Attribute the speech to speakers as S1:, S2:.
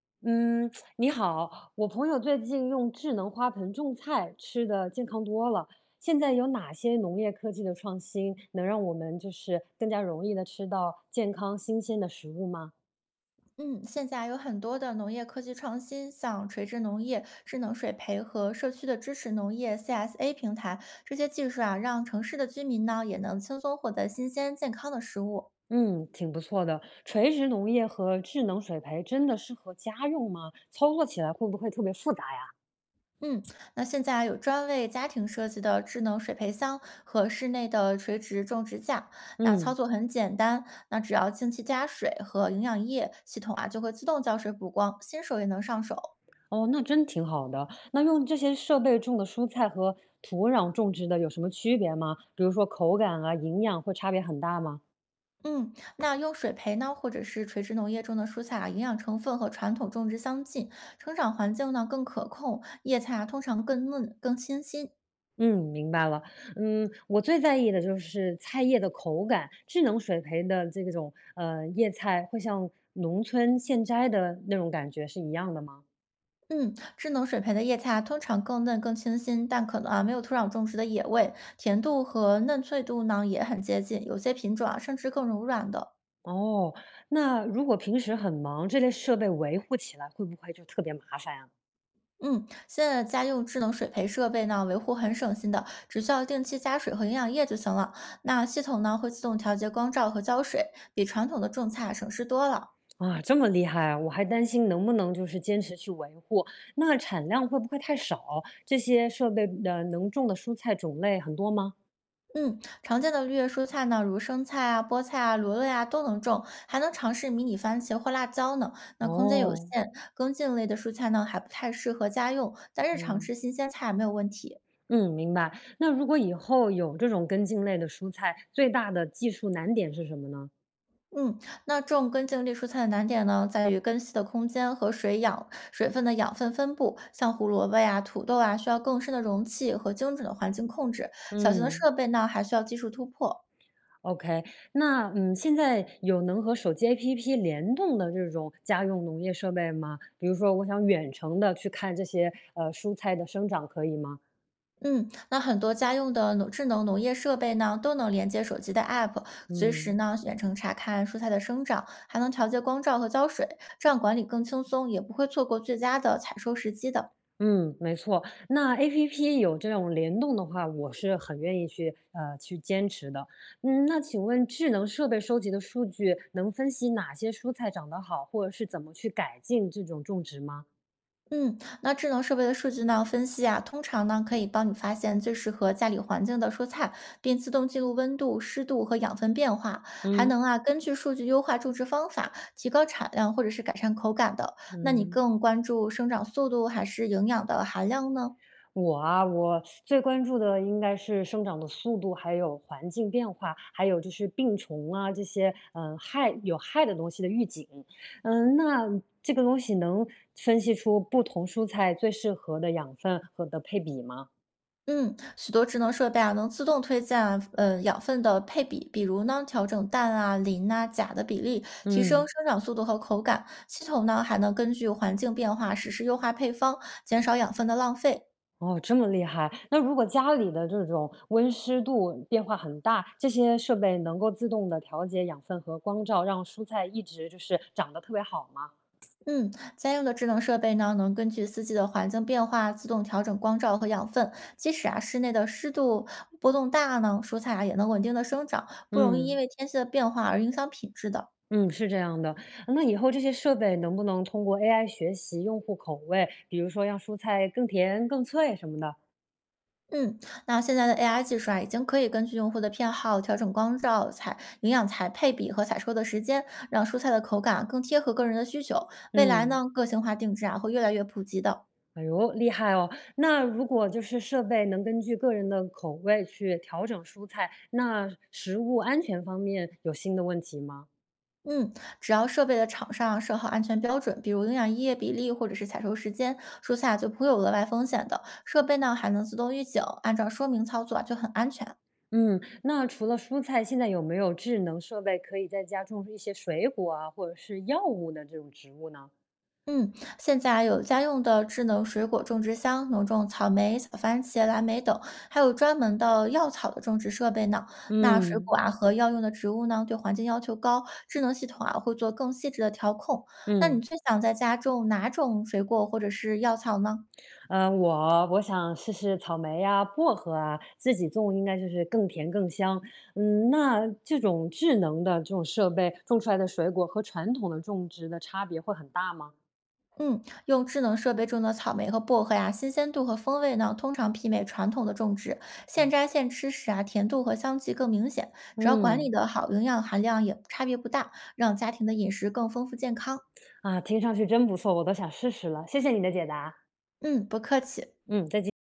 S1: 嗯，你好，我朋友最近用智能花盆种菜，吃的健康多了。现在有哪些农业科技的创新，能让我们就是更加容易的吃到健康新鲜的食物吗？
S2: 嗯，现在有很多的农业科技创新，像垂直农业、智能水培和社区的支持农业 （CSA） 平台，这些技术啊，让城市的居民呢也能轻松获得新鲜健康的食物。
S1: 嗯，挺不错的。垂直农业和智能水培真的适合家用吗？操作起来会不会特别复杂呀？
S2: 嗯，那现在有专为家庭设计的智能水培箱和室内的垂直种植架，那
S1: 嗯。
S2: 操作很简单，那只要定期加水和营养液，系统啊就会自动浇水补光，新手也能上手。
S1: 哦，那真挺好的。那用这些设备种的蔬菜和土壤种植的有什么区别吗？比如说口感啊，营养会差别很大吗？
S2: 嗯，那用水培呢，或者是垂直农业种的蔬菜啊，营养成分和传统种植相近，成长环境呢更可控，叶菜啊通常更嫩、更清新。
S1: 嗯，明白了。我最在意的就是菜叶的口感，智能水培的这种叶菜会像农村现摘的那种感觉是一样的吗？
S2: 嗯，智能水培的叶菜啊通常更嫩、更清新，但可能啊没有土壤种植的野味，甜度和嫩脆度呢也很接近，有些品种啊甚至更柔软的。
S1: 哦，那如果平时很忙，这类设备维护起来会不会就特别麻烦啊？
S2: 嗯，现在家用智能水培设备呢，维护很省心的，只需要定期加水和营养液就行了。那系统呢会自动调节光照和浇水，比传统的种菜啊省事多了。
S1: 啊，这么厉害啊！我还担心能不能就是坚持去维护，那产量会不会太少？这些设备的能种的蔬菜种类很多吗？
S2: 嗯，常见的绿叶蔬菜呢，如生菜啊、菠菜啊、罗勒呀、都能种，还能尝试迷你番茄或辣椒呢。那空间有
S1: 哦。
S2: 限，根茎类的蔬菜呢还不太适合家用，但日常
S1: 嗯。
S2: 吃新鲜菜没有问题。
S1: 嗯，明白。那如果以后有这种根茎类的蔬菜，最大的技术难点是什么呢？
S2: 嗯，那种根茎类蔬菜的难点呢，在于根系的空间和水养水分的养分分布。像胡萝卜呀、土豆啊，需要更深的容器和精准的环境控制。小型的
S1: 嗯
S2: 设备呢，还需要技术突破。
S1: ，OK。那现在有能和手机 APP 联动的这种家用农业设备吗？比如说，我想远程的去看这些蔬菜的生长，可以吗？
S2: 嗯，那很多家用的农智能农业设备呢，都能连接手机的 App，随时
S1: 嗯。
S2: 呢远程查看蔬菜的生长，还能调节光照和浇水，这样管理更轻松，也不会错过最佳的采收时机的。
S1: 嗯，没错。那 APP 有这种联动的话，我是很愿意去去坚持的。嗯，那请问智能设备收集的数据能分析哪些蔬菜长得好，或者是怎么去改进这种种植吗？
S2: 嗯，那智能设备的数据呢分析啊，通常呢可以帮你发现最适合家里环境的蔬菜，并自动记录温度、湿度和养分变化，还
S1: 嗯。
S2: 能啊根据数据优化种植方法，提高产量或者是改善口感的。那你
S1: 嗯，
S2: 更关注生长速度还是营养的含量呢？
S1: 我啊，我最关注的应该是生长的速度，还有环境变化，还有就是病虫啊这些，害有害的东西的预警。嗯，那这个东西能分析出不同蔬菜最适合的养分和的配比吗？
S2: 嗯，许多智能设备啊，能自动推荐啊养分的配比，比如呢，调整氮啊、磷呐、钾的比例，提升
S1: 嗯。
S2: 生长速度和口感。系统呢，还能根据环境变化实时优化配方，减少养分的浪费。
S1: 哦，这么厉害！那如果家里的这种温湿度变化很大，这些设备能够自动的调节养分和光照，让蔬菜一直就是长得特别好吗？
S2: 嗯，家用的智能设备呢，能根据四季的环境变化自动调整光照和养分。即使啊，室内的湿度波动大呢，蔬菜啊也能稳定的生长，不容易因
S1: 嗯。
S2: 为天气的变化而影响品质的。
S1: 嗯，是这样的。那以后这些设备能不能通过 AI 学习用户口味，比如说让蔬菜更甜、更脆什么的？
S2: 嗯，那现在的 AI 技术啊，已经可以根据用户的偏好调整光照、采营养材配比和采收的时间，让蔬菜的口感啊更贴合个人的需求。未来
S1: 嗯。
S2: 呢，个性化定制啊会越来越普及的。
S1: 哎呦，厉害哦！那如果就是设备能根据个人的口味去调整蔬菜，那食物安全方面有新的问题吗？
S2: 嗯，只要设备的厂商啊设好安全标准，比如营养液比例或者是采收时间，蔬菜啊就不会有额外风险的。设备呢还能自动预警，按照说明操作啊就很安全。
S1: 嗯，那除了蔬菜，现在有没有智能设备可以在家种一些水果啊，或者是药物的这种植物呢？
S2: 嗯，现在啊有家用的智能水果种植箱，能种草莓、小番茄、蓝莓等，还有专门的药草的种植设备呢。那水
S1: 嗯。
S2: 果啊和药用的植物呢，对环境要求高，智能系统啊会做更细致的调控。那你
S1: 嗯。
S2: 最想在家种哪种水果或者是药草呢？
S1: 我想试试草莓呀、薄荷啊，自己种应该就是更甜更香。嗯，那这种智能的这种设备种出来的水果和传统的种植的差别会很大吗？
S2: 嗯，用智能设备种的草莓和薄荷呀、新鲜度和风味呢，通常媲美传统的种植。现
S1: 嗯。
S2: 摘现吃时啊，甜度和香气更明显。只要管理
S1: 嗯，
S2: 得好，营养含量也差别不大，让家庭的饮食更丰富健康。
S1: 啊，听上去真不错，我都想试试了。谢谢你的解答。
S2: 嗯，不客气。
S1: 嗯，再见。